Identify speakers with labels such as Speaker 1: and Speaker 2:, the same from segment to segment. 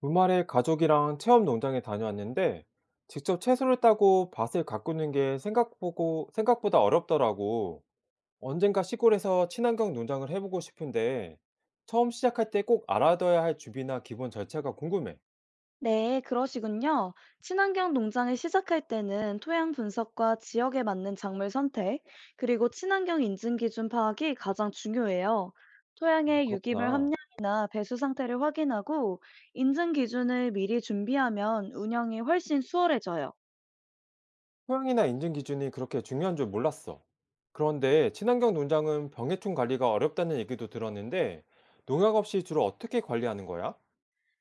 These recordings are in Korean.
Speaker 1: 주말에 가족이랑 체험 농장에 다녀왔는데 직접 채소를 따고 밭을 가꾸는 게 생각보다 어렵더라고. 언젠가 시골에서 친환경 농장을 해보고 싶은데 처음 시작할 때 꼭 알아둬야 할 준비나 기본 절차가 궁금해.
Speaker 2: 네, 그러시군요. 친환경 농장을 시작할 때는 토양 분석과 지역에 맞는 작물 선택, 그리고 친환경 인증 기준 파악이 가장 중요해요.
Speaker 1: 아,
Speaker 2: 토양의 유기물
Speaker 1: 그렇구나.
Speaker 2: 함량이나 배수 상태를 확인하고 인증 기준을 미리 준비하면 운영이 훨씬 수월해져요.
Speaker 1: 토양이나 인증 기준이 그렇게 중요한 줄 몰랐어. 그런데 친환경 농장은 병해충 관리가 어렵다는 얘기도 들었는데 농약 없이 주로 어떻게 관리하는 거야?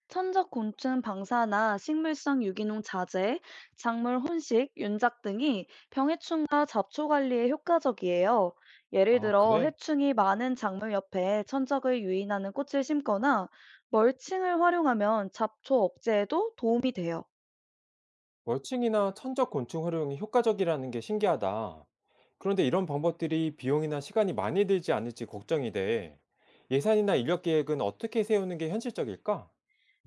Speaker 2: 천적 곤충 방사나 식물성 유기농 자재, 작물 혼식, 윤작 등이 병해충과 잡초 관리에 효과적이에요. 예를
Speaker 1: 아,
Speaker 2: 들어
Speaker 1: 그래?
Speaker 2: 해충이 많은 작물 옆에 천적을 유인하는 꽃을 심거나 멀칭을 활용하면 잡초 억제에도 도움이 돼요.
Speaker 1: 멀칭이나 천적 곤충 활용이 효과적이라는 게 신기하다. 그런데 이런 방법들이 비용이나 시간이 많이 들지 않을지 걱정이 돼. 예산이나 인력 계획은 어떻게 세우는 게 현실적일까?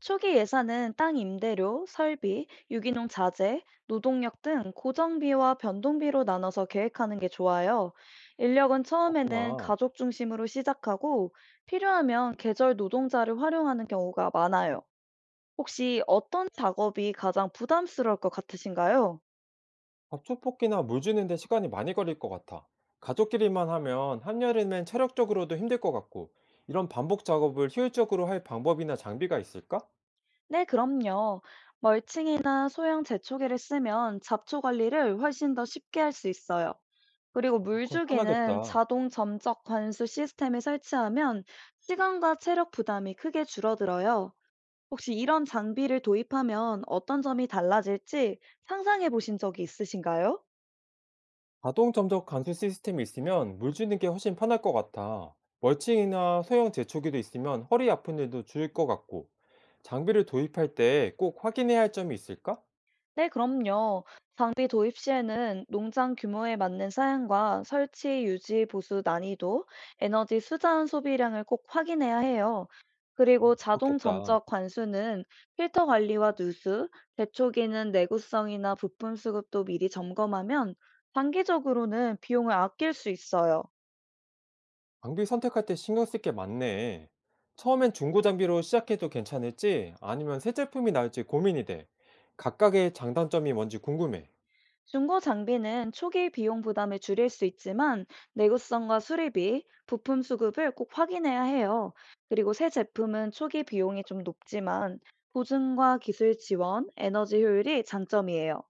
Speaker 2: 초기 예산은 땅 임대료, 설비, 유기농 자재, 노동력 등 고정비와 변동비로 나눠서 계획하는 게 좋아요. 인력은 처음에는
Speaker 1: 그렇구나.
Speaker 2: 가족 중심으로 시작하고 필요하면 계절 노동자를 활용하는 경우가 많아요. 혹시 어떤 작업이 가장 부담스러울 것 같으신가요?
Speaker 1: 밥조폭기나 물 주는데 시간이 많이 걸릴 것 같아. 가족끼리만 하면 한여름엔 체력적으로도 힘들 것 같고, 이런 반복 작업을 효율적으로 할 방법이나 장비가 있을까?
Speaker 2: 네, 그럼요. 멀칭이나 소형 재초기를 쓰면 잡초 관리를 훨씬 더 쉽게 할 수 있어요. 그리고
Speaker 1: 그럼
Speaker 2: 물주기는
Speaker 1: 편하겠다.
Speaker 2: 자동 점적 관수 시스템을 설치하면 시간과 체력 부담이 크게 줄어들어요. 혹시 이런 장비를 도입하면 어떤 점이 달라질지 상상해 보신 적이 있으신가요?
Speaker 1: 자동 점적 관수 시스템이 있으면 물 주는 게 훨씬 편할 것 같아. 멀칭이나 소형 제초기도 있으면 허리 아픈 일도 줄일 것 같고, 장비를 도입할 때 꼭 확인해야 할 점이 있을까?
Speaker 2: 네, 그럼요. 장비 도입 시에는 농장 규모에 맞는 사양과 설치, 유지, 보수 난이도, 에너지 수자원 소비량을 꼭 확인해야 해요. 그리고 자동
Speaker 1: 그렇겠다.
Speaker 2: 점적 관수는 필터 관리와 누수, 대초기는 내구성이나 부품 수급도 미리 점검하면 단기적으로는 비용을 아낄 수 있어요.
Speaker 1: 장비 선택할 때 신경 쓸 게 많네. 처음엔 중고 장비로 시작해도 괜찮을지 아니면 새 제품이 나을지 고민이 돼. 각각의 장단점이 뭔지 궁금해.
Speaker 2: 중고 장비는 초기 비용 부담을 줄일 수 있지만 내구성과 수리비, 부품 수급을 꼭 확인해야 해요. 그리고 새 제품은 초기 비용이 좀 높지만 보증과 기술 지원, 에너지 효율이 장점이에요.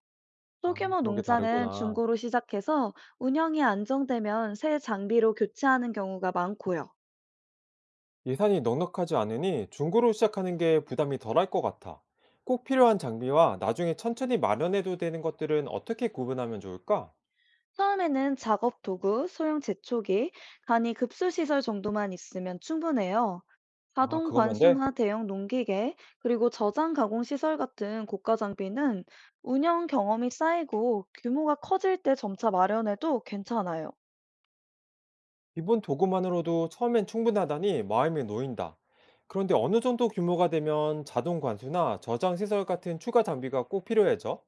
Speaker 1: 아,
Speaker 2: 소규모
Speaker 1: 그런 게
Speaker 2: 농장은
Speaker 1: 다르구나.
Speaker 2: 중고로 시작해서 운영이 안정되면 새 장비로 교체하는 경우가 많고요.
Speaker 1: 예산이 넉넉하지 않으니 중고로 시작하는 게 부담이 덜할 것 같아. 꼭 필요한 장비와 나중에 천천히 마련해도 되는 것들은 어떻게 구분하면 좋을까?
Speaker 2: 처음에는 작업 도구, 소형 제초기, 간이 급수시설 정도만 있으면 충분해요.
Speaker 1: 아,
Speaker 2: 자동
Speaker 1: 그거면 돼?
Speaker 2: 관수나 대형 농기계, 그리고 저장 가공 시설 같은 고가 장비는 운영 경험이 쌓이고 규모가 커질 때 점차 마련해도 괜찮아요.
Speaker 1: 기본 도구만으로도 처음엔 충분하다니 마음이 놓인다. 그런데 어느 정도 규모가 되면 자동 관수나 저장 시설 같은 추가 장비가 꼭 필요해져?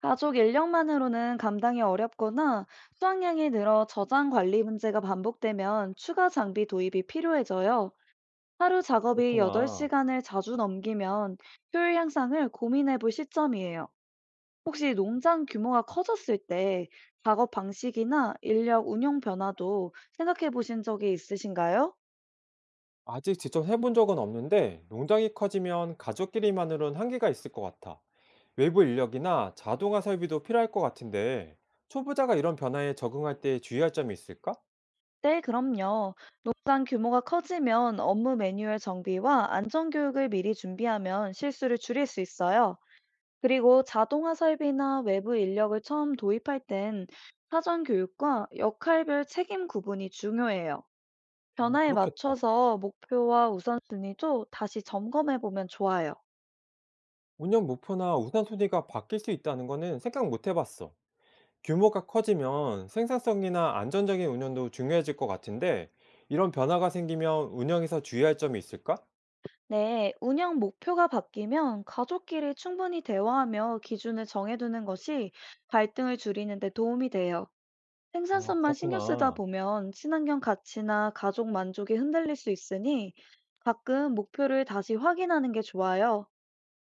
Speaker 2: 가족 인력만으로는 감당이 어렵거나 수확량이 늘어 저장 관리 문제가 반복되면 추가 장비 도입이 필요해져요. 하루 작업이
Speaker 1: 그렇구나.
Speaker 2: 8시간을 자주 넘기면 효율 향상을 고민해 볼 시점이에요. 혹시 농장 규모가 커졌을 때 작업 방식이나 인력 운영 변화도 생각해 보신 적이 있으신가요?
Speaker 1: 아직 직접 해본 적은 없는데 농장이 커지면 가족끼리만으론 한계가 있을 것 같아. 외부 인력이나 자동화 설비도 필요할 것 같은데 초보자가 이런 변화에 적응할 때 주의할 점이 있을까?
Speaker 2: 네, 그럼요. 농장 규모가 커지면 업무 매뉴얼 정비와 안전 교육을 미리 준비하면 실수를 줄일 수 있어요. 그리고 자동화 설비나 외부 인력을 처음 도입할 땐 사전 교육과 역할별 책임 구분이 중요해요.
Speaker 1: 어,
Speaker 2: 변화에
Speaker 1: 그렇겠다.
Speaker 2: 맞춰서 목표와 우선순위도 다시 점검해 보면 좋아요.
Speaker 1: 운영 목표나 우선 순위가 바뀔 수 있다는 거는 생각 못 해봤어. 규모가 커지면 생산성이나 안전적인 운영도 중요해질 것 같은데 이런 변화가 생기면 운영에서 주의할 점이 있을까?
Speaker 2: 네, 운영 목표가 바뀌면 가족끼리 충분히 대화하며 기준을 정해두는 것이 갈등을 줄이는 데 도움이 돼요.
Speaker 1: 아,
Speaker 2: 생산성만 신경 쓰다
Speaker 1: 그렇구나.
Speaker 2: 보면 친환경 가치나 가족 만족이 흔들릴 수 있으니 가끔 목표를 다시 확인하는 게 좋아요.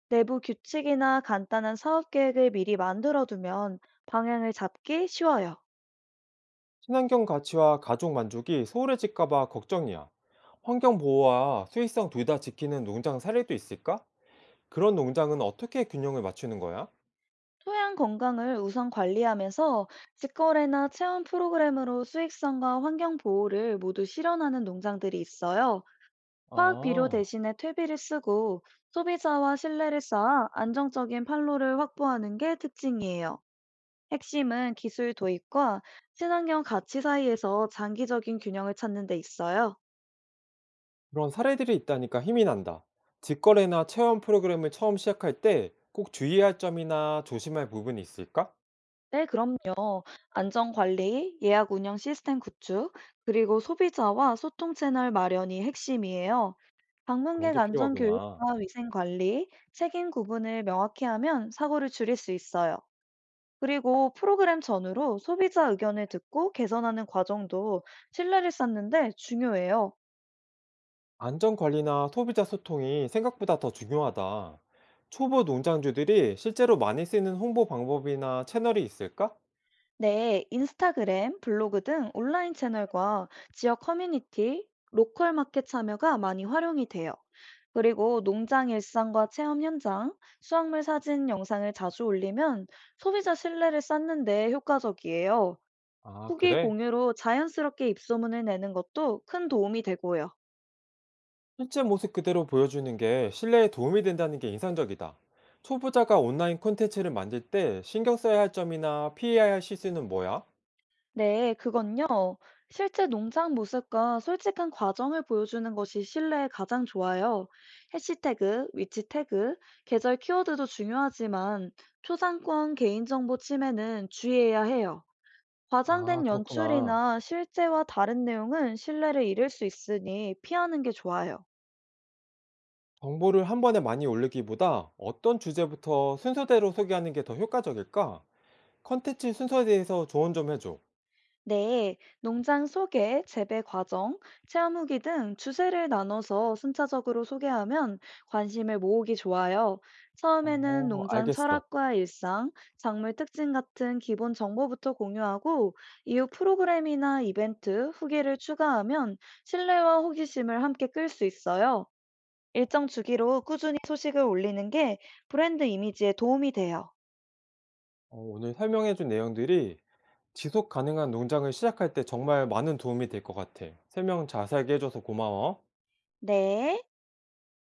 Speaker 2: 내부 규칙이나 간단한 사업 계획을 미리 만들어두면 방향을 잡기 쉬워요.
Speaker 1: 친환경 가치와 가족 만족이 소홀해질까 봐 걱정이야. 환경 보호와 수익성 둘 다 지키는 농장 사례도 있을까? 그런 농장은 어떻게 균형을 맞추는 거야?
Speaker 2: 토양 건강을 우선 관리하면서 직거래나 체험 프로그램으로 수익성과 환경 보호를 모두 실현하는 농장들이 있어요. 화학 비료
Speaker 1: 아,
Speaker 2: 대신에 퇴비를 쓰고 소비자와 신뢰를 쌓아 안정적인 판로를 확보하는 게 특징이에요. 핵심은 기술 도입과 친환경 가치 사이에서 장기적인 균형을 찾는 데 있어요.
Speaker 1: 그런 사례들이 있다니까 힘이 난다. 직거래나 체험 프로그램을 처음 시작할 때 꼭 주의할 점이나 조심할 부분이 있을까?
Speaker 2: 네, 그럼요. 안전 관리, 예약 운영 시스템 구축, 그리고 소비자와 소통 채널 마련이 핵심이에요.
Speaker 1: 그런
Speaker 2: 방문객
Speaker 1: 게
Speaker 2: 안전
Speaker 1: 필요하구나.
Speaker 2: 교육과 위생 관리, 책임 구분을 명확히 하면 사고를 줄일 수 있어요. 그리고 프로그램 전후로 소비자 의견을 듣고 개선하는 과정도 신뢰를 쌓는데 중요해요.
Speaker 1: 안전 관리나 소비자 소통이 생각보다 더 중요하다. 초보 농장주들이 실제로 많이 쓰는 홍보 방법이나 채널이 있을까?
Speaker 2: 네, 인스타그램, 블로그 등 온라인 채널과 지역 커뮤니티, 로컬 마켓 참여가 많이 활용이 돼요. 그리고 농장 일상과 체험 현장, 수확물 사진 영상을 자주 올리면 소비자 신뢰를 쌓는 데 효과적이에요.
Speaker 1: 아,
Speaker 2: 후기
Speaker 1: 그래?
Speaker 2: 공유로 자연스럽게 입소문을 내는 것도 큰 도움이 되고요.
Speaker 1: 실제 모습 그대로 보여주는 게 신뢰에 도움이 된다는 게 인상적이다. 초보자가 온라인 콘텐츠를 만들 때 신경 써야 할 점이나 피해야 할 실수는 뭐야?
Speaker 2: 네, 그건요. 실제 농장 모습과 솔직한 과정을 보여주는 것이 신뢰에 가장 좋아요. 해시태그, 위치 태그, 계절 키워드도 중요하지만 초상권 개인정보 침해는 주의해야 해요.
Speaker 1: 아,
Speaker 2: 과장된
Speaker 1: 그렇구나.
Speaker 2: 연출이나 실제와 다른 내용은 신뢰를 잃을 수 있으니 피하는 게 좋아요.
Speaker 1: 정보를 한 번에 많이 올리기보다 어떤 주제부터 순서대로 소개하는 게 더 효과적일까? 콘텐츠 순서에 대해서 조언 좀 해줘.
Speaker 2: 네, 농장 소개, 재배 과정, 체험 후기 등 주제를 나눠서 순차적으로 소개하면 관심을 모으기 좋아요. 처음에는
Speaker 1: 어,
Speaker 2: 농장
Speaker 1: 알겠어.
Speaker 2: 철학과 일상, 작물 특징 같은 기본 정보부터 공유하고 이후 프로그램이나 이벤트, 후기를 추가하면 신뢰와 호기심을 함께 끌 수 있어요. 일정 주기로 꾸준히 소식을 올리는 게 브랜드 이미지에 도움이 돼요.
Speaker 1: 어, 오늘 설명해준 내용들이 지속 가능한 농장을 시작할 때 정말 많은 도움이 될 것 같아. 설명 자세하게 해줘서 고마워.
Speaker 2: 네.